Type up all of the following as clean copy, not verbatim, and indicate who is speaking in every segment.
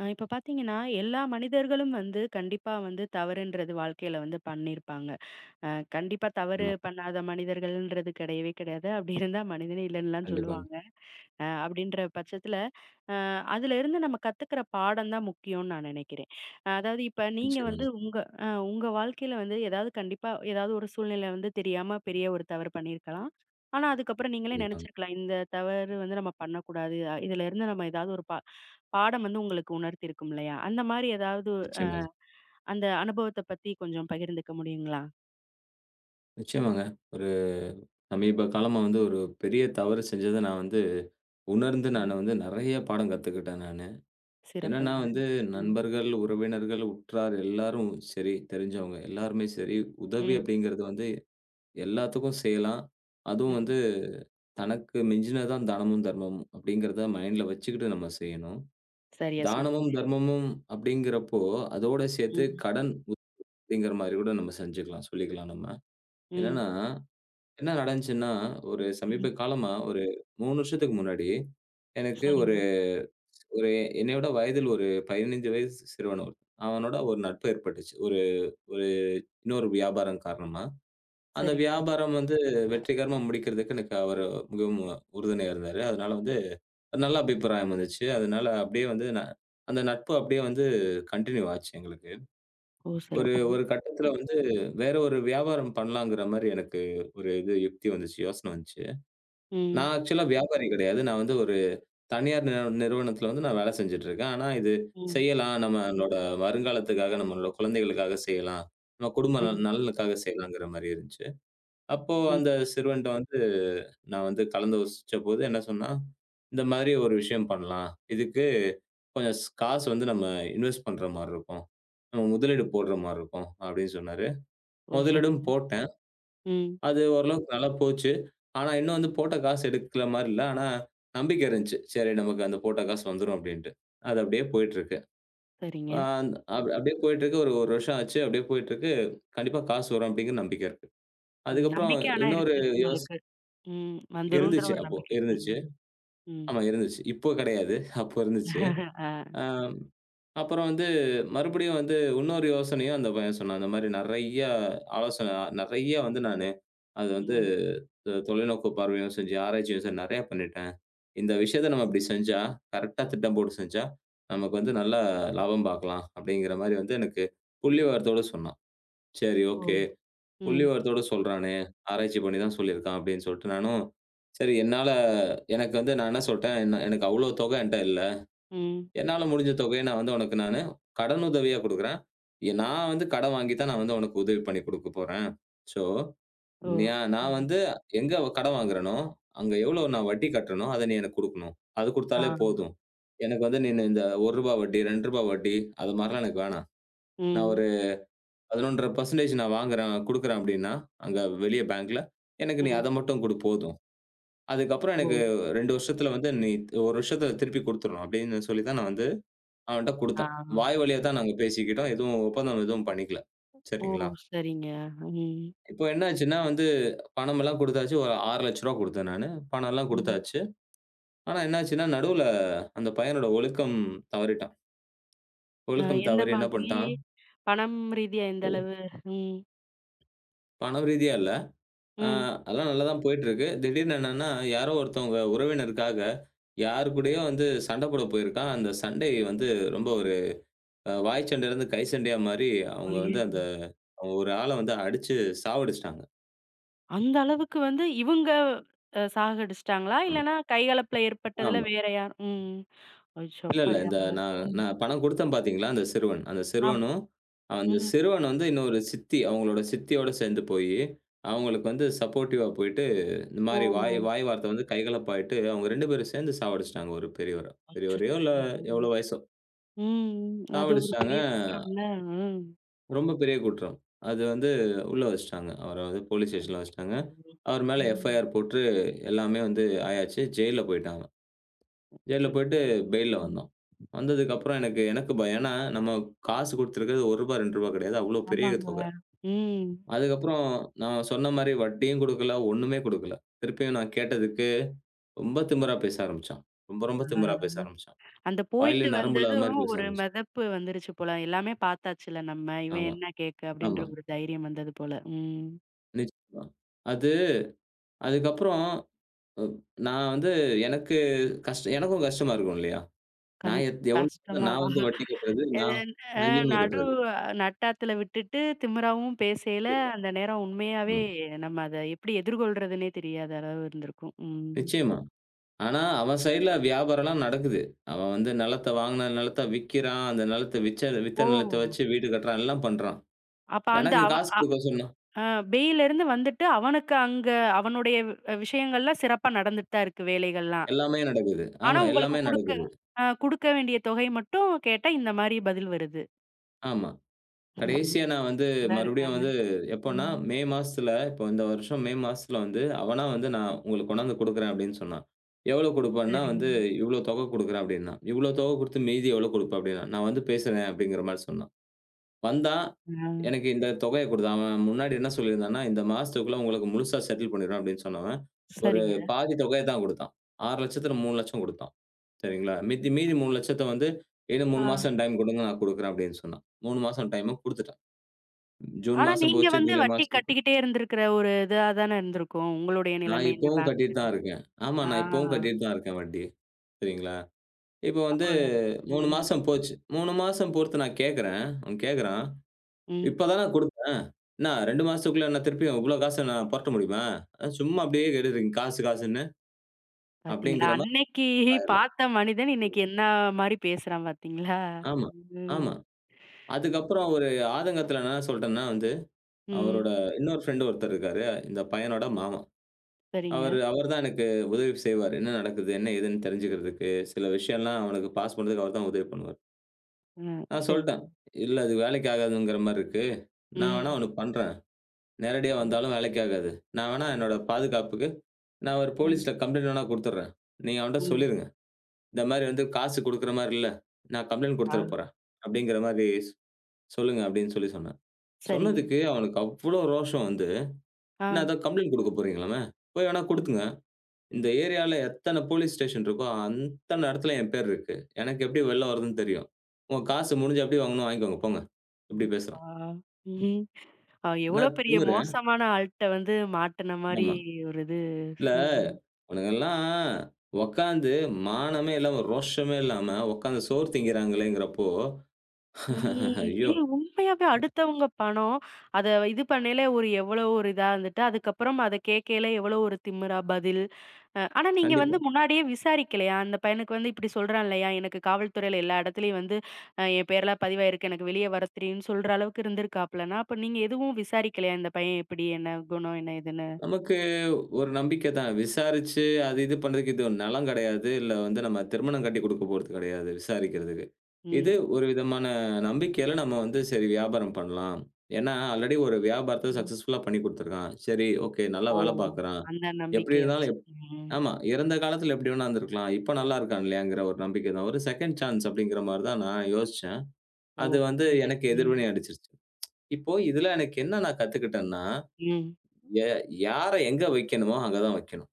Speaker 1: இப்ப பார்த்தீங்கன்னா, எல்லா மனிதர்களும் வந்து கண்டிப்பா வந்து தவறுன்றது வாழ்க்கையில வந்து பண்ணியிருப்பாங்க. அ கண்டிப்பா தவறு
Speaker 2: நிச்சயமா.
Speaker 1: பண்ணாத மனிதர்கள்ன்றது கிடையவே கிடையாது. அப்படி இருந்தா மனிதனே இல்லன்னுலாம்
Speaker 2: கண்டிப்பாங்க.
Speaker 1: சொல்லுவாங்க. அப்படின்ற பட்சத்துல, அ அதிலிருந்து நம்ம கத்துக்கிற பாடம் தான் முக்கியம்னு நான் நினைக்கிறேன். அதாவது இப்ப நீங்க வந்து
Speaker 2: நிச்சயமாங்க.
Speaker 1: உங்க வாழ்க்கையில வந்து ஏதாவது கண்டிப்பா ஏதாவது ஒரு சூழ்நிலை வந்து தெரியாம பெரிய ஒரு தவறு பண்ணியிருக்கலாம். ஆனா, அதுக்கப்புறம் நீங்களே
Speaker 2: கண்டிப்பாங்க.
Speaker 1: நினைச்சிருக்கலாம். இந்த தவறு வந்து நம்ம பண்ணக்கூடாது. இதிலிருந்து நம்ம ஏதாவது ஒரு பாடம் வந்து உங்களுக்கு உணர்த்தியிருக்கும் இல்லையா? அந்த மாரி ஏதாவது அ
Speaker 2: நிச்சயமாங்க.
Speaker 1: அந்த அனுபவத்த பத்தி கொஞ்சம் பகிர்ந்துக்க முடியுங்களா?
Speaker 2: நிச்சயமாங்க. ஒரு சமீப காலமா வந்து ஒரு பெரிய தவறு செஞ்சத நான் வந்து உணர்ந்து நானு
Speaker 1: ம்.
Speaker 2: வந்து நெறைய பாடம் கத்துக்கிட்டேன் நானு. என்னன்னா
Speaker 1: சிறப்புங்க.
Speaker 2: வந்து
Speaker 1: ம்.
Speaker 2: நண்பர்கள், உறவினர்கள், உற்றார் எல்லாரும் சரி, தெரிஞ்சவங்க எல்லாருமே சரி, உதவி
Speaker 1: ம்.
Speaker 2: அப்படிங்கிறது வந்து எல்லாத்துக்கும் செய்யலாம். அதுவும்
Speaker 1: ம்.
Speaker 2: வந்து தனக்கு மிஞ்சினதான் தானமும், தர்மமும் அப்படிங்கிறத மைண்ட்ல வச்சுக்கிட்டு நம்ம செய்யணும்.
Speaker 1: சரியா
Speaker 2: தானமும்,
Speaker 1: சொன்னீங்க.
Speaker 2: தர்மமும் அப்படிங்கிறப்போ, அதோட சேர்த்து
Speaker 1: ம்.
Speaker 2: கடன் அப்படிங்கிற மாரி கூட நம்ம செஞ்சுக்கலாம், சொல்லிக்கலாம் நம்ம.
Speaker 1: ம்.
Speaker 2: என்னன்னா, என்ன நடந்துச்சுன்னா, ஒரு
Speaker 1: ம்.
Speaker 2: சமீப காலமா ஒரு 3 வருஷத்துக்கு முன்னாடி, எனக்கு ஒரு
Speaker 1: சரிங்க.
Speaker 2: ஒரு என்னை விட வயதில் ஒரு 15 வயசு சிறுவன் அவனோட ஒரு நட்பு ஏற்பட்டுச்சு. ஒரு ஒரு இன்னொரு வியாபாரம் காரணமா. அந்த
Speaker 1: சரிங்க.
Speaker 2: வியாபாரம் வந்து வெற்றிகரமா முடிக்கிறதுக்கு எனக்கு அவரு மிகவும் உறுதுணையா இருந்தாரு. அதனால வந்து நல்ல அபிப்பிராயம் வந்துச்சு. அதனால அப்படியே வந்து அந்த நட்பு அப்படியே வந்து கன்டின்யூ ஆச்சு எங்களுக்கு.
Speaker 1: ஓ!
Speaker 2: ஒரு
Speaker 1: சிறப்பு.
Speaker 2: ஒரு கட்டத்தில வந்து வேற ஒரு வியாபாரம் பண்ணலாங்கிற மாரி எனக்கு ஒரு இது யுக்தி வந்துச்சு, யோசனை வந்துச்சு.
Speaker 1: ம்,
Speaker 2: நான் ஆக்சுவலா வியாபாரி கிடையாது. நான் வந்து ஒரு தனியார் நிறுவனத்தில வந்து நான் வேலை செஞ்சுட்டு இருக்கேன். ஆனா இது
Speaker 1: ம்,
Speaker 2: செய்யலாம். நம்மளோட வருங்காலத்துக்காக, நம்மளோட குழந்தைகளுக்காக செய்யலாம். நம்ம குடும்ப
Speaker 1: ம்,
Speaker 2: நலனுக்காக செய்யலாங்கிற மாரி இருந்துச்சு. அப்போ
Speaker 1: ம்.
Speaker 2: அந்த சிறுவன்ட்ட வந்து நான் வந்து கலந்தோசிச்சபோது என்ன சொன்னா, "இந்த மாரி ஒரு விஷயம் பண்ணலாம். இதுக்கு கொஞ்சம் காசு வந்து நம்ம இன்வெஸ்ட் பண்ற மாரி இருக்கும். நம்ம முதலீடு போடுற மாரி இருக்கும்." அப்படின்னு சொன்னாரு.
Speaker 1: ஓ!
Speaker 2: முதலீடும்
Speaker 1: சரிங்க.
Speaker 2: போட்டேன்.
Speaker 1: ம்.
Speaker 2: அது ஓரளவுக்கு நல்லா போச்சு. ஆனா, இன்னும் வந்து போட்ட காசு எடுக்கல மாரி இல்ல. ஆனா, நம்பிக்கை இருந்துச்சு. சரி நமக்கு அந்த போட்ட காசு வந்துரும் அப்டின்ட்டு. அது அப்டியே போயிட்டுருக்கு.
Speaker 1: சரிங்க.
Speaker 2: அ அப் அப்டியே போயிட்டுருக்கு. ஒரு 1 வருஷம் ஆச்சு. அப்டியே போயிட்டுருக்கு. கண்டிப்பா காசு வரும் அப்டிங்கிற நம்பிக்கை இருக்கு.
Speaker 1: ம்.
Speaker 2: அதுக்கப்புறம்
Speaker 1: நம்பிக்கை ஆனா
Speaker 2: இன்னொரு
Speaker 1: இருக்கு
Speaker 2: யோஸ்
Speaker 1: உங்களுக்கு. ம். வந்துரும்ன்ற
Speaker 2: இருந்துச்சு
Speaker 1: ஒரு
Speaker 2: அப்போ
Speaker 1: நம்பிக்கை.
Speaker 2: இருந்துச்சு.
Speaker 1: ம், ம்.
Speaker 2: ஆமா இருந்துச்சு. இப்போ கெடையாது. அப்போ இருந்துச்சு.
Speaker 1: ஆ.
Speaker 2: அ அப்புறம் வந்து மறுபடியும் வந்து இன்னொரு யோசனையும் அந்த பையன் சொன்னான். அந்த மாரி நெறைய ஆலோசனை நெறைய வந்து நானு அது வந்து
Speaker 1: ம்.
Speaker 2: தொலைநோக்கு பார்வையும் செஞ்சு, ஆராய்ச்சியும் செஞ்சு நெறையா பண்ணிட்டேன். இந்த விஷயத்த நம்ம இப்படி செஞ்சா, கரெக்ட்டா திட்டம் போட்டு செஞ்சா, நமக்கு வந்து நல்லா லாபம் பார்க்கலாம். அப்படிங்கிற மாரி வந்து எனக்கு புள்ளிவிவரத்தோட சொன்னான். சரி
Speaker 1: ஓ!
Speaker 2: ஓகே.
Speaker 1: ம்,
Speaker 2: புள்ளிவிவரத்தோட சொல்றானே, ஆராய்ச்சி பண்ணி தான் சொல்லியிருக்கான் அப்படின்னு சொல்லிட்டு நானும், சரி என்னால எனக்கு வந்து நான் என்ன சொல்ட்டேன், எனக்கு அவ்வளோ தொகை என்ட்ட இல்ல.
Speaker 1: ம்.
Speaker 2: என்னால முடிஞ்ச தொகைய நான் வந்து உனக்கு நானு கடனுதவியா குடுக்குறேன். நான் வந்து கடன் வாங்கி தான் நான் வந்து உனக்கு உதவி பண்ணி குடுக்கப் போறேன். சோ
Speaker 1: ஓ!
Speaker 2: நான்
Speaker 1: ம்.
Speaker 2: வந்து எங்க கடன் வாங்குறேனோ, அங்க எவ்வளோ நான் வட்டி கட்டுறேனோ, அத நீ எனக்கு குடுக்கணும். அது
Speaker 1: ஆ.
Speaker 2: குடுத்தாலே போதும். எனக்கு வந்து நீனு இந்த ரூ. 1 வட்டி, ரூ. 2 வட்டி அது மாரிலாம் எனக்கு வேணாம். நான்
Speaker 1: ம்,
Speaker 2: ஒரு 11 1/2% நான் வாங்குறேன், குடுக்குறேன் அப்டின்னா, அங்க வெளிய பேங்க்ல, எனக்கு நீ
Speaker 1: ம்.
Speaker 2: அத மட்டும் குடு போதும். அதுக்கப்புறம்
Speaker 1: ஓ!
Speaker 2: எனக்கு 2 வருஷத்துல வந்து நீ 1 வருஷத்துல திருப்பி குடுத்துறணும் அப்டின்னு சொல்லி தான் நான் வந்து அவன்ட்ட
Speaker 1: ஆ.
Speaker 2: குடுத்தேன். வாய் வழியா தான் நாங்க பேசிக்கிட்டோம். எதுவும் ஒப்பந்தம் எதுவும்
Speaker 1: ஓ,
Speaker 2: பண்ணிக்கல.
Speaker 1: ஓ!
Speaker 2: சரிங்களா?
Speaker 1: சரிங்க. ம்,
Speaker 2: இப்போ என்ன ஆச்சுன்னா வந்து பணமெல்லாம் குடுத்தாச்சு. ஒரு ரூ. 6,00,000 குடுத்தேன் நானு. பணம்லாம்
Speaker 1: ம்.
Speaker 2: குடுத்தாச்சு. ஆனா என்னாச்சுன்னா, நடுவுல அந்த பையனோட ஒழுக்கம் தவறிட்டான்.
Speaker 1: அ
Speaker 2: ஒழுக்கம்
Speaker 1: எந்த
Speaker 2: தவறி என்ன
Speaker 1: மாதிரி?
Speaker 2: பண்ட்டான்,
Speaker 1: பணம் ரீதியா எந்த அளவு? ம்,
Speaker 2: பணம் ரீதியா இல்ல. அ
Speaker 1: ம்.
Speaker 2: அதெல்லாம் நல்லா தான் போயிட்டுருக்கு. திடீர்னு என்னன்னா, யாரோ ஒருத்தவங்க உறவினருக்காக யார் கூடயோ வந்து சண்ட போட போயிருக்கான். அந்த சண்டை வந்து ரொம்ப ஒரு வாய் சண்டையிலருந்து கை சண்டையா மாறி, அவங்க வந்து
Speaker 1: ஐயயோ!
Speaker 2: அந்த ஒரு ஆள வந்து அடிச்சு சாவடிச்சுட்டாங்க.
Speaker 1: அந்த அளவுக்கு வந்து இவுங்க சாகடிச்சுட்டாங்களா?
Speaker 2: ஆமா.
Speaker 1: இல்லன்னா கைகலப்புல ஏற்பட்டதுல
Speaker 2: ஆமா.
Speaker 1: வேற யார்? ம். அச்சோ!
Speaker 2: இல்ல, இல்ல.
Speaker 1: அப்படியா?
Speaker 2: இந்த நான்
Speaker 1: ம்.
Speaker 2: நான் பணம் குடுத்தேன் பார்த்தீங்களா? அந்த சிறுவன். அந்த
Speaker 1: ஆம்.
Speaker 2: சிறுவனும் அந்த
Speaker 1: ம்.
Speaker 2: சிறுவன் வந்து இன்னொரு சித்தி, அவங்களோட சித்தியோட சேர்ந்து போயி, அவங்களுக்கு வந்து சப்போர்ட்டிவா போயிட்டு, இந்த
Speaker 1: ஓ!
Speaker 2: மாரி வாய் வாய் வார்த்தை வந்து கைகலப்பாயிட்டு, அவங்க 2 பேரும் சேர்ந்து சாவடிச்சுட்டாங்க ஒரு பெரியவர. பெரியவரையோ
Speaker 1: அச்சச்சோ!
Speaker 2: இல்ல எவ்வளோ வயசோ!
Speaker 1: ம். அது ஒரு பெரிய
Speaker 2: சாவடிச்சுட்டாங்க.
Speaker 1: குற்றம்ல. ம்.
Speaker 2: ரொம்ப பெரிய குற்றம். அது வந்து உள்ள வச்சுட்டாங்க. அவர வந்து போலீஸ் ஸ்டேஷன்ல வச்சுட்டாங்க.
Speaker 1: சரி.
Speaker 2: அவர் மேல
Speaker 1: ம்.
Speaker 2: எஃப்ஐஆர் போட்டு எல்லாமே வந்து ஆயாச்சு. ஜெயில்ல போயிட்டாங்க. ஜெயில்ல போயிட்டு
Speaker 1: அச்சச்சோ!
Speaker 2: பெயில்ல
Speaker 1: ம்.
Speaker 2: வந்தோம். வந்ததுக்கப்புறம் எனக்கு எனக்கு பயம். ஏன்னா, நம்ம காசு குடுத்துருக்கிறது ரூ. 1 ரூ. 2 கிடையாது. அவ்ளோ பெரிய
Speaker 1: ஆமாங்க.
Speaker 2: தொகை.
Speaker 1: ம்.
Speaker 2: அதுக்கப்புறம் நான் சொன்ன மாரி வட்டியும் குடுக்கல, ஒண்ணுமே குடுக்கல. திருப்பியும் நான் கேட்டதுக்கு ரொம்ப திமிரா பேச ஆரம்பிச்சான். ரொம்ப, ரொம்ப
Speaker 1: ஆ.
Speaker 2: திமிரா பேச ஆரம்பிச்சான்.
Speaker 1: அந்த
Speaker 2: வாயிலே
Speaker 1: போயிட்டு
Speaker 2: நரம்பு இல்லாத
Speaker 1: வந்ததும்
Speaker 2: மாரி பேச
Speaker 1: ஒரு
Speaker 2: ஆரம்பிச்சான்.
Speaker 1: மிதப்பு வந்துருச்சு போல. எல்லாமே பார்த்தாச்சுல நம்ம. இவன்
Speaker 2: ஆமா,
Speaker 1: என்ன கேக்க? அப்படின்ற
Speaker 2: ஆமா.
Speaker 1: ஒரு தைரியம் வந்தது போல. ம்.
Speaker 2: நிச்சயமா. அது அதுக்கப்புறம் அ நான் வந்து எனக்கு எனக்கும் கஷ்டமா இருக்கும் இல்லையா?
Speaker 1: கண்
Speaker 2: நான் எவ்வளோ
Speaker 1: கஷ்டமா
Speaker 2: நான் வந்து வட்டி கட்டுறது,
Speaker 1: அது
Speaker 2: நான்
Speaker 1: அ
Speaker 2: நான் இஎம்ஐ
Speaker 1: நடு
Speaker 2: கட்டுறது.
Speaker 1: நட்டாத்துல விட்டுட்டு திமிராவும் பேசையில,
Speaker 2: கண்டிப்பா.
Speaker 1: அந்த நேரம் உண்மையாவே
Speaker 2: ம்.
Speaker 1: நம்ம அத எப்படி எதிர்கொள்றதுன்னே தெரியாத அளவு இருந்திருக்கும். ம்.
Speaker 2: நிச்சயமா. ஆனா, அவன் சைடுல வியாபாரம்லாம் நடக்குது. அவன் வந்து நிலத்த வாங்குன நிலத்த விக்கிறான். அந்த நிலத்த வித்த
Speaker 1: ஓ!
Speaker 2: நிலத்த வச்சு வீடு கட்டுறான். எல்லாம் பண்றான்.
Speaker 1: அப்ப அந்த
Speaker 2: எனக்கு
Speaker 1: அவ
Speaker 2: காசு
Speaker 1: அ
Speaker 2: குடுக்க சொன்னா
Speaker 1: அ வெளியிலருந்து வந்துட்டு அவனுக்கு அங்க அவனுடைய விஷயங்கள்லாம் சிறப்பா நடந்துட்டு தான் இருக்கு வேலைகள்லாம்.
Speaker 2: எல்லாமே நடக்குது.
Speaker 1: ஆனா
Speaker 2: ஆமா,
Speaker 1: உங்களுக்கு
Speaker 2: எல்லாமே
Speaker 1: குடுக்க
Speaker 2: நடக்குது.
Speaker 1: அ குடுக்க வேண்டிய தொகை மட்டும் கேட்டா இந்த மாரி பதில் வருது.
Speaker 2: ஆமா. கடைசியா நான் வந்து
Speaker 1: நல்லா
Speaker 2: மறுபடியும்
Speaker 1: இருக்காங்க.
Speaker 2: வந்து எப்பன்னா,
Speaker 1: ம்.
Speaker 2: மே மாசத்துல இப்போ இந்த வருஷம் மே மாசத்துல வந்து அவனா வந்து நான் உங்களுக்கு கொண்டாந்து குடுக்குறேன் அப்படின்னு சொன்னான். எவ்வளோ குடுப்பேன்னா வந்து,
Speaker 1: சரிங்க.
Speaker 2: "இவ்வளோ தொகை குடுக்குறேன்" அப்படின்னான். "இவ்வளோ தொகை குடுத்து மீதி எவ்வளோ குடுப்ப?" அப்படின்னா. "நான் வந்து பேசுறேன்" அப்படிங்கிற மாரி சொன்னான். வந்தான்,
Speaker 1: ஆ.
Speaker 2: எனக்கு இந்த தொகைய குடுத்தான். அவன் முன்னாடி என்ன சொல்லியிருந்தான்னா, "இந்த மாசத்துக்குள்ள உங்களுக்கு முழுசா செட்டில் பண்ணிருவேன்" அப்படின்னு சொன்னவன், ஒரு
Speaker 1: சரிங்க.
Speaker 2: பாதி தொகைய தான் குடுத்தான். 6,00,000 3,00,000 குடுத்தான். சரிங்களா? மீதி 3,00,000 வந்து, "இன்னும்
Speaker 1: ஆ.
Speaker 2: 3 மாசம் டைம் குடுங்க, நான் குடுக்குறேன்" அப்படின்னு சொன்னான். 3 மாசம் டைமும் குடுத்துட்டேன். ஜூன்
Speaker 1: ஆனா,
Speaker 2: மாசம்
Speaker 1: நீங்க
Speaker 2: போச்சு,
Speaker 1: வந்து
Speaker 2: ஜூலை
Speaker 1: வட்டி
Speaker 2: மாசம் போச்சு.
Speaker 1: கட்டிக்கிட்டே இருந்திருக்கிற ஒரு இதா தானே இருந்திருக்கும். உங்களுடைய
Speaker 2: நான்
Speaker 1: நிலைமை இந்த
Speaker 2: இப்பவும்
Speaker 1: பேங்க்
Speaker 2: கட்டிட்டு
Speaker 1: இது.
Speaker 2: தான் இருக்கேன். ஆமா,
Speaker 1: ஆ.
Speaker 2: நான் இப்பவும் கட்டிட்டு தான் இருக்கேன் வட்டி. சரிங்களா? இப்ப
Speaker 1: அப்ப
Speaker 2: வந்து 3
Speaker 1: ம்,
Speaker 2: மாசம் போச்சு. 3 மாசம் பொறுத்து நான் கேட்கிறேன். அவன் கேட்குறான்.
Speaker 1: ம்.
Speaker 2: இப்ப தான குடுத்தேன். என்ன 2 மாசத்துக்குள்ள என்ன திருப்பியும் இவ்ளோ காச நான் புரட்ட முடியுமா? சும்மா அப்டியே கேட்டுட்டுருக்கீங்க காசு, காசுன்னு.
Speaker 1: பார்த்தீங்களா?
Speaker 2: அப்டிங்கிற மாரி
Speaker 1: அன்னைக்கு
Speaker 2: ஆயிரலாம்.
Speaker 1: பார்த்த மனிதன் இன்னைக்கு என்ன மாரி பேசுறான் பார்த்தீங்களா?
Speaker 2: ஆமா,
Speaker 1: ம்,
Speaker 2: ஆமா. அதுக்கப்புறம் ஒரு ஆதங்கத்துல நான் என்ன சொல்ட்டேன்னா வந்து,
Speaker 1: ம்.
Speaker 2: அவரோட இன்னொரு ஃப்ரெண்ட் ஒருத்தர் இருக்காரு. இந்த பையனோட மாமா.
Speaker 1: சரிங்க.
Speaker 2: அவர் தான் எனக்கு உதவி செய்வாரு. என்ன நடக்குது? என்ன ஏதுன்னு தெரிஞ்சுக்கிறதுக்கு. சில விஷயம்லாம் அவனுக்கு பாஸ் பண்றதுக்கு அவர் தான் உதவி பண்ணுவாரு.
Speaker 1: அ
Speaker 2: நான்
Speaker 1: சரி.
Speaker 2: சொல்ட்டேன். இல்ல அது வேலைக்கு ஆகாதுங்கிற மாரி இருக்கு. நான் வேணா
Speaker 1: ம்,
Speaker 2: உனக்கு பண்றேன். நேரடியா
Speaker 1: ம்,
Speaker 2: வந்தாலும் வேலைக்கு ஆகாது. நான் வேணா என்னோட பாதுகாப்புக்கு, நான் ஒரு
Speaker 1: ம்,
Speaker 2: போலீஸ்ல கம்ப்ளைண்ட் வேணா குடுத்துடுறேன். நீங்க அவன்ட்ட
Speaker 1: ம்.
Speaker 2: சொல்லிருங்க. இந்த மாரி வந்து காசு குடுக்குற மாரி இல்ல. நான் கம்ப்ளைண்ட்
Speaker 1: ஆ,
Speaker 2: குடுத்துற போறேன். அப்படிங்கிற மாரி சொல்லுங்க அப்படின்னு சொல்லி சொன்னேன்.
Speaker 1: சரிங்க.
Speaker 2: சொன்னதுக்கு அவனுக்கு அவ்ளோ ரோஷம் வந்து,
Speaker 1: ஆ,
Speaker 2: "என்ன அதான் கம்ப்ளைண்ட் குடுக்க போறீங்களாமே? போய் வேணா
Speaker 1: ஆ.
Speaker 2: குடுத்துங்க. இந்த ஏரியால எத்தன போலீஸ் ஸ்டேஷன் இருக்கோ, அத்தன இடத்துல என் பேர் இருக்கு. எனக்கு எப்படி வெளில வருதுன்னு தெரியும். உங்க காசு முடிஞ்சா எப்படி வாங்கணுமோ வாங்கிக்கோங்க போங்க." இப்படி
Speaker 1: எப்பா!
Speaker 2: பேசுறான்.
Speaker 1: ம். எவ்வளோ
Speaker 2: நான்
Speaker 1: பெரிய
Speaker 2: திமிரு.
Speaker 1: மோசமான ஆள்ட்ட வந்து மாட்டுன மாரி
Speaker 2: ஆமா.
Speaker 1: ஒரு இது.
Speaker 2: இல்ல,
Speaker 1: ம்.
Speaker 2: அவனுங்கலாம் உட்காந்து மானமே இல்லாம, ரோஷமே இல்லாம உட்காந்து சோறு திங்கிறாங்களேங்கிறப்போ,
Speaker 1: ம்.
Speaker 2: ஐயோ!
Speaker 1: ஏய், உண்மையாவே அடுத்தவங்க பணம், அத இது பண்ணயில ஒரு எவ்வளோ ஒரு இதா இருந்துட்டு, அதுக்கப்புறம் அத கேட்கயில எவ்வளோ ஒரு திமிரா பதில். ஆனா நீங்க
Speaker 2: கண்டிப்பா.
Speaker 1: வந்து முன்னாடியே விசாரிக்கலையா? அந்த பையனுக்கு வந்து இப்டி சொல்றான் இல்லையா? எனக்கு காவல்துறையில எல்லா இடத்துலயும் வந்து என் பேர்லாம் பதிவாயிருக்கு. எனக்கு வெளிய வர தெரியும்னு சொல்ற அளவுக்கு இருந்திருக்காப்லன்னா, அப்ப நீங்க எதுவும் விசாரிக்கலையா? இந்த பையன் எப்டி? என்ன குணம்? என்ன ஏதுன்னு?
Speaker 2: நமக்கு ஒரு நம்பிக்கை தான். விசாரிச்சு அது இது பண்றதுக்கு இது நிலம் கிடையாது. இல்ல வந்து நம்ம திருமணம் கட்டி குடுக்க போறது கிடையாது, விசாரிக்கிறதுக்கு. இது
Speaker 1: ம்.
Speaker 2: ஒரு விதமான நம்பிக்கையில நம்ம வந்து சரி வியாபாரம் பண்ணலாம். ஏன்னா, ஆல்ரெடி ஒரு வியாபாரத்த
Speaker 1: ம்.
Speaker 2: சக்சஸ்ஃபுல்லா பண்ணி குடுத்துருக்கான். சரி, ஓகே. நல்லா
Speaker 1: ஓ!
Speaker 2: வேலை பார்க்குறான்.
Speaker 1: அந்த
Speaker 2: எப்படி
Speaker 1: நம்பிக்கைய வச்சு.
Speaker 2: இருந்தாலும்
Speaker 1: ம்.
Speaker 2: ஆமா. இறந்த காலத்துல எப்படி வேணா இருந்திருக்கலாம். இப்ப நல்லா இருக்கான் இல்லையாங்கிற ஒரு நம்பிக்கை தான். ஒரு செகண்ட் சான்ஸ் அப்படிங்கிற மாரி தான் நான் யோசிச்சேன்.
Speaker 1: ஓ!
Speaker 2: அது வந்து
Speaker 1: புரியுது.
Speaker 2: எனக்கு
Speaker 1: ம்.
Speaker 2: எதிர்வினை அடிச்சிருச்சு. இப்போ இதுல எனக்கு என்ன நான் கத்துக்கிட்டேன்னா,
Speaker 1: ம்.
Speaker 2: எ யார எங்க வைக்கணுமோ அங்க தான் வைக்கணும்.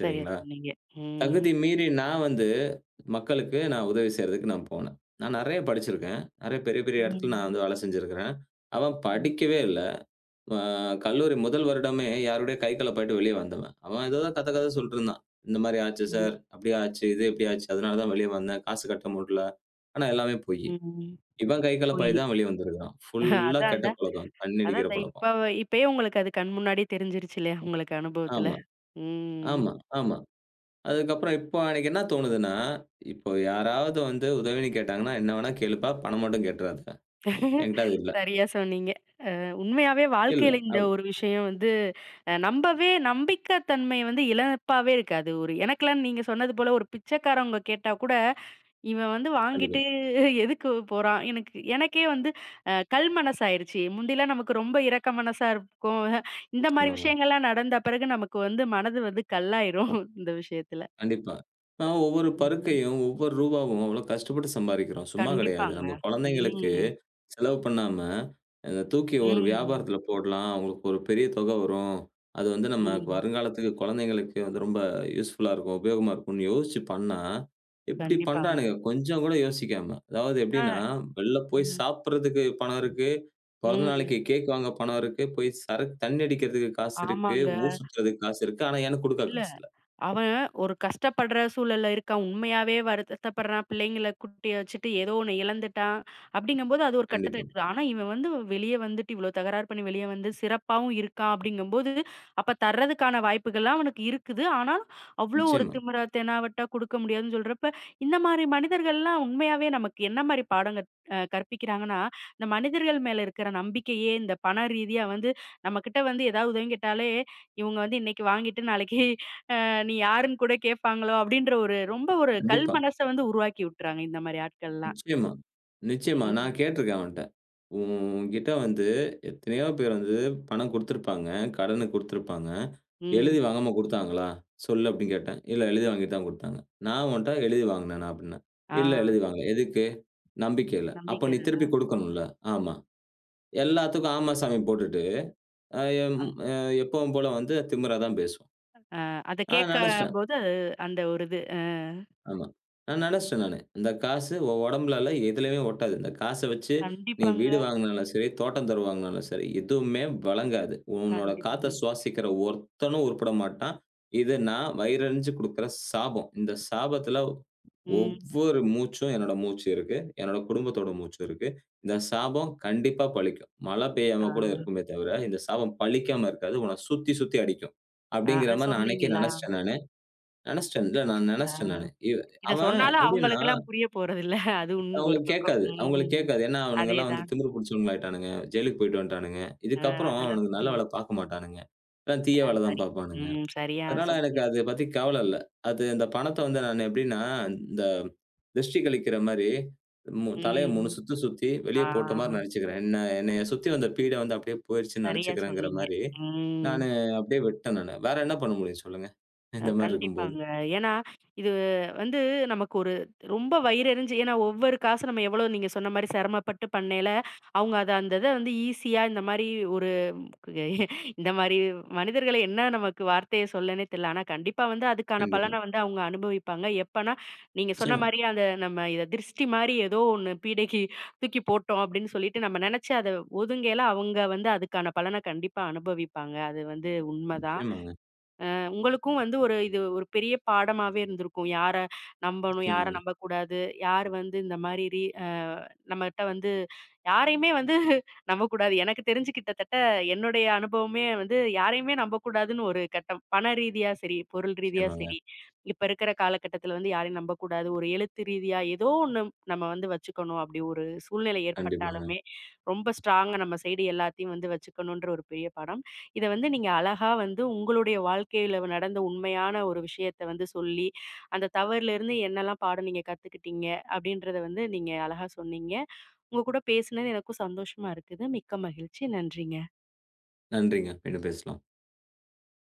Speaker 1: சரியா சொன்னீங்க. ம்.
Speaker 2: தகுதி மீறி நான் வந்து மக்களுக்கு நான் உதவி செய்றதுக்கு நான் போனேன். நான் நெறைய படிச்சிருக்கேன். நெறைய பெரிய பெரிய இடத்துல நான்
Speaker 1: ம்.
Speaker 2: வந்து வேலை செஞ்சிருக்கிறேன். அவன்
Speaker 1: ம்.
Speaker 2: படிக்கவே இல்ல. அ கல்லூரி முதல் வருடமே யாரோடயோ கை கலப்பாயிட்டு வெளிய வந்துருவேன். அவன் ஏதேதோ கத கத சொல்லிட்டுருந்தான். இந்த மாரி ஆச்சு
Speaker 1: ம்.
Speaker 2: சார், அப்படி ஆச்சு, இது இப்படி ஆச்சு. அதனால தான் வெளிய வந்தேன். காசு கட்ட முடியல. ஆனா எல்லாமே பொய்யி.
Speaker 1: ம்.
Speaker 2: இவன் கை
Speaker 1: போயி
Speaker 2: கலப்பாயி தான் வெளிய வந்திருக்கான். ஃபுல்லா கெட்ட
Speaker 1: அதான்டா,
Speaker 2: பழக்கம். தண்ணி அடிக்கிற
Speaker 1: அதான்டா. இப்ப
Speaker 2: பழக்கம்.
Speaker 1: இப்பயே உங்களுக்கு அது கண் முன்னாடியே தெரிஞ்சிருச்சு இல்லையா? உங்களுக்கு அனுபவத்துல.
Speaker 2: ஆமா,
Speaker 1: ம்.
Speaker 2: ஆமா, ஆமா. அதுக்கப்புறம் இப்போ எனக்கு என்ன தோணுதுன்னா, இப்போ யாராவது வந்து உதவின்னு கேட்டாங்கன்னா, என்ன வேணா கேளுப்பா, பணம் மட்டும் கேட்டுறாத. என்கிட்ட அது இல்ல.
Speaker 1: சரியா சொன்னீங்க. உண்மையாவே
Speaker 2: இல்ல.
Speaker 1: வாழ்க்கையில இந்த
Speaker 2: அப்
Speaker 1: ஒரு விஷயம் வந்து, அ நம்பவே நம்பிக்கை தன்மை வந்து இழப்பாவே இருக்காது. ஒரு எனக்கெல்லாம் நீங்க சொன்னது போல ஒரு பிச்சைக்காரவங்க கேட்டா கூட இவன் வந்து
Speaker 2: கண்டிப்பா.
Speaker 1: வாங்கிட்டு எதுக்கு போறான்? எனக்கே வந்து கல் மனசாயிருச்சு. முந்திலாம் நமக்கு ரொம்ப இரக்க மனசா இருக்கும். இந்த மாரி
Speaker 2: நிச்சயமாங்க.
Speaker 1: விஷயங்கள்லாம் நடந்த பிறகு நமக்கு வந்து மனது வந்து கல்லாயிரும் இந்த விஷயத்துல.
Speaker 2: கண்டிப்பா. ஆ ஒவ்வொரு
Speaker 1: ம்.
Speaker 2: பருக்கையும், ஒவ்வொரு ரூபாவும் அவ்ளோ கஷ்டப்பட்டு சம்பாரிக்கிறோம். சும்மா கிடையாது.
Speaker 1: கண்டிப்பாங்க.
Speaker 2: நம்ம குழந்தைங்களுக்கு
Speaker 1: ம்.
Speaker 2: செலவு பண்ணாம, அத தூக்கி ஒரு
Speaker 1: ம்.
Speaker 2: வியாபாரத்துல போடலாம். அவங்களுக்கு ஒரு பெரிய தொகை வரும். அது வந்து நம்ம
Speaker 1: ம்.
Speaker 2: வருங்காலத்துக்கு குழந்தைங்களுக்கு வந்து ரொம்ப யூஸ்ஃபுல்லா இருக்கும். உபயோகமா இருக்கும்ன்னு யோசிச்சு பண்ணா, இப்டி
Speaker 1: கண்டிப்பாங்க.
Speaker 2: பண்றானுங்க கொஞ்சம் கூட யோசிக்காம. அதாவது
Speaker 1: ஆ.
Speaker 2: எப்டின்னா, வெளில போய்
Speaker 1: ம்.
Speaker 2: சாப்பிடுறதுக்கு பணம் இருக்கு. பொறந்த
Speaker 1: ம்.
Speaker 2: நாளைக்கு கேக் வாங்க பணம் இருக்கு. போய் சரக்கு தண்ணி அடிக்கிறதுக்கு காசு இருக்கு.
Speaker 1: ஆமாங்க.
Speaker 2: ஊர் சுத்துறதுக்கு காசு இருக்கு. ஆனா எனக்கு குடுக்க
Speaker 1: இல்ல,
Speaker 2: காசு இல்ல.
Speaker 1: அவன் ஒரு கஷ்டப்படுற சூழல்ல இருக்கான். உண்மையாவே வருத்தப்படுறான். பிள்ளைங்கள குட்டிய வச்சுட்டு ஏதோ ஒண்ணு இழந்துட்டான். அப்படிங்கும்போது அது ஒரு கட்டத்துல
Speaker 2: கண்டிப்பா.
Speaker 1: இருக்குது. ஆனா இவன் வந்து வெளிய வந்துட்டு இவ்ளோ தகராறு பண்ணி வெளிய வந்து சிறப்பாவும் இருக்கான் அப்படிங்கும்போது, அப்ப தர்றதுக்கான வாய்ப்புகள்லாம் அவனுக்கு இருக்குது. ஆனா அவ்ளோ ஒரு
Speaker 2: நிச்சயமா.
Speaker 1: திமிரா, தெனாவட்டா குடுக்க முடியாதுன்னு சொல்றப்ப, இந்த மாரி மனிதர்கள்லாம் உண்மையாவே நமக்கு என்ன மாரி பாடம் கற்பிக்கிறாங்கன்னா, இந்த மனிதர்கள் மேல இருக்கிற நம்பிக்கையே இந்த பண ரீதியா வந்து நம்மகிட்ட வந்து ஏதாவது உதவி கேட்டாலே, இவங்க வந்து இன்னைக்கு வாங்கிட்டு நாளைக்கு நீ யாருன்னு கூட கேட்பாங்களோ அப்படின்ற ஒரு ரொம்ப ஒரு கல்
Speaker 2: கண்டிப்பா.
Speaker 1: மனச வந்து உருவாக்கி விட்டுறாங்க இந்த மாரி ஆட்கள்லாம்.
Speaker 2: நிச்சயமா, நிச்சயமா. நான்
Speaker 1: ம்.
Speaker 2: கேட்டுருக்கேன் அவன்ட்ட. உன்கிட்ட வந்து எத்தனையோ பேர் வந்து பணம் குடுத்துருப்பாங்க. கடனுக்கு குடுத்துருப்பாங்க.
Speaker 1: ம்.
Speaker 2: எழுதி வாங்காம குடுத்தாங்களா? சொல்லு அப்டின்னு கேட்டேன். இல்ல எழுதி வாங்கிட்டு தான் குடுத்தாங்க. நான் உன்ட்ட எழுதி வாங்கினேனா அப்டின்னேன்.
Speaker 1: ஆ.
Speaker 2: இல்ல எழுதி வாங்கல. எதுக்கு? நம்பிக்கையில. அப்ப
Speaker 1: நம்பிக்கை
Speaker 2: நீ
Speaker 1: தானே.
Speaker 2: திருப்பி குடுக்கணும்ல. ஆமா. எல்லாத்துக்கும் ஆமா சாமி போட்டுட்டு, அ எம்
Speaker 1: அந்
Speaker 2: அ எப்பவும் போல வந்து திமிரா தான் பேசுவான்.
Speaker 1: அத
Speaker 2: நான் நெனச்சுட்டேன்.
Speaker 1: கேட்கம்போது அந்த ஒரு இது.
Speaker 2: ஆமா. நான் நெனச்சுட்டேன் நானு. இந்த காசு உன் உடம்புலல எதுலயுமே ஒட்டாது. இந்த காச வச்சு நீ
Speaker 1: கண்டிப்பாங்க,
Speaker 2: வீடு வாங்குனாலும் சரி, தோட்டம் தொரவு வாங்குனாலும் சரி, எதுவுமே வழங்காது. உன்னோட
Speaker 1: கண்டிப்பாங்க.
Speaker 2: காத்த சுவாசிக்கிற ஒருத்தனும் உருப்பட மாட்டான். இது நான் வயிறறிஞ்சு குடுக்குற சாபம். இந்த சாபத்துல
Speaker 1: ம்.
Speaker 2: ஒவ்வொரு மூச்சும் என்னோட மூச்சு இருக்கு. என்னோட குடும்பத்தோட மூச்சு இருக்கு. இந்த சாபம் கண்டிப்பா பலிக்கும். மழை பெய்யாம கூட
Speaker 1: ஆ.
Speaker 2: இருக்குமே தவிர, இந்த சாபம் பலிக்காம இருக்காது. உன்ன சுத்தி, சுத்தி அடிக்கும்.
Speaker 1: ஆ,
Speaker 2: அப்டிங்கிற
Speaker 1: அத
Speaker 2: மாரி நான் அன்னைக்கே
Speaker 1: சொன்னீங்களா?
Speaker 2: நெனச்சுட்டேன் நானு. நெனச்சுட்டேன். இல்ல நான்
Speaker 1: ஆ.
Speaker 2: நெனச்சுட்டேன் நானு.
Speaker 1: இத
Speaker 2: அவன்
Speaker 1: சொன்னாலும்
Speaker 2: எப்டின்னா,
Speaker 1: அவங்களுக்கெல்லாம் புரிய போறதில்ல. அது ஒரு
Speaker 2: அவங்களுக்கு
Speaker 1: பக்கம்.
Speaker 2: கேட்காது அவங்களுக்கு
Speaker 1: ம்.
Speaker 2: கேட்காது. ஏன்னா அவனுங்கலாம் வந்து
Speaker 1: அதேதான்.
Speaker 2: திமிரு புடிச்சவங்களாயிட்டானுங்க. ஜெயிலுக்கு போயிட்டு வந்துட்டானுங்க.
Speaker 1: அ
Speaker 2: இதுக்கப்புறம்
Speaker 1: அதெல்லாம்
Speaker 2: அவனுங்க நல்ல வேல
Speaker 1: புரியாது.
Speaker 2: பார்க்க மாட்டானுங்க. எல்லாம் தீய வேல தான்
Speaker 1: சரி.
Speaker 2: பார்ப்பானுங்க.
Speaker 1: ம். சரியா
Speaker 2: அதனால
Speaker 1: சொன்னீங்க.
Speaker 2: எனக்கு அத பத்தி கவல இல்ல. அது அந்த பணத்த வந்து நான் எப்டின்னா, இந்த திருஷ்டி கழிக்கிற மாரி தலைய
Speaker 1: ம்.
Speaker 2: 3 சுத்து சுத்தி வெளிய போட்ட மாரி
Speaker 1: ஆ.
Speaker 2: நெனச்சுக்கிறேன். என்ன என்னைய சுத்தி வந்த பீட வந்து அப்டியே போயிருச்சுன்னு
Speaker 1: சரியா
Speaker 2: நெனச்சுக்கிறேங்கிற
Speaker 1: சொன்னீங்க.
Speaker 2: மாரி,
Speaker 1: ம்.
Speaker 2: நானு அப்டியே விட்டேன் நானு. வேற என்ன பண்ண முடியும் சொல்லுங்க? இந்த மாரி இருக்கும்போது.
Speaker 1: கண்டிப்பாங்க. ஏன்னா, இது வந்து நமக்கு ஒரு ரொம்ப வயிறெரிஞ்சு ஏன்னா ஒவ்வொரு காசு நம்ம எவ்வளோ நீங்க சொன்ன மாரி சிரமப்பட்டு பண்ணையில, அவங்க அத அந்த இத வந்து ஈஸியா இந்த மாரி ஒரு இந்த மாரி மனிதர்கள என்ன நமக்கு வார்த்தைய சொல்லன்னே தெரியல. ஆனா கண்டிப்பா வந்து அதுக்கான
Speaker 2: கண்டிப்பா.
Speaker 1: பலன வந்து அவங்க அனுபவிப்பாங்க. எப்பன்னா, நீங்க சொன்ன
Speaker 2: நிச்சயமா.
Speaker 1: மாரியே அந்த நம்ம இத திருஷ்டி மாரி ஏதோ ஒண்ணு பீடைக்கு தூக்கி போட்டோம் அப்படின்னு சொல்லிட்டு நம்ம நெனச்சு அத ஒதுங்கையில அவங்க வந்து அதுக்கான பலன கண்டிப்பா அனுபவிப்பாங்க. அது வந்து உண்மதான்.
Speaker 2: நிச்சயமாங்க,
Speaker 1: உங்களுக்கும் வந்து ஒரு இது ஒரு பெரிய பாடமாவே இருந்திருக்கும். யார நம்பணும், யார
Speaker 2: நிச்சயமாங்க,
Speaker 1: நம்பக்கூடாது, யார் வந்து இந்த மாரி ரி அ நம்மட்ட வந்து யாரையுமே வந்து நம்பக்கூடாது. எனக்கு தெரிஞ்சு கிட்டத்தட்ட என்னுடைய அனுபவமே வந்து யாரையுமே நம்பக்கூடாதுன்னு ஒரு கட்டம். பண ரீதியா சரி, பொருள் ரீதியா
Speaker 2: நிச்சயமாங்க.
Speaker 1: சரி, இப்ப இருக்கிற காலகட்டத்தில வந்து யாரையும் நம்பக்கூடாது. ஒரு எழுத்து ரீதியா ஏதோ ஒண்ணு நம்ம வந்து வச்சுக்கணும். அப்படி ஒரு சூழ்நிலை
Speaker 2: கண்டிப்பாங்க.
Speaker 1: ஏற்பட்டாலுமே, ரொம்ப ஸ்ட்ராங்கா நம்ம சைடு எல்லாத்தையும் வந்து வச்சுக்கணுன்ற ஒரு பெரிய பாடம். இத வந்து நீங்க அழகா வந்து உங்களுடைய வாழ்க்கையில நடந்த உண்மையான ஒரு விஷயத்த வந்து சொல்லி, அந்த தவறுலேருந்து என்னெல்லாம் பாடம் நீங்க கத்துக்கிட்டீங்க? அப்படின்றத வந்து நீங்க அழகா சொன்னீங்க. உங்க கூட பேசினது எனக்கும் சந்தோஷமா இருக்குது. மிக்க மகிழ்ச்சி. நன்றிங்க.
Speaker 2: நன்றிங்க. மீண்டும் பேசலாம்.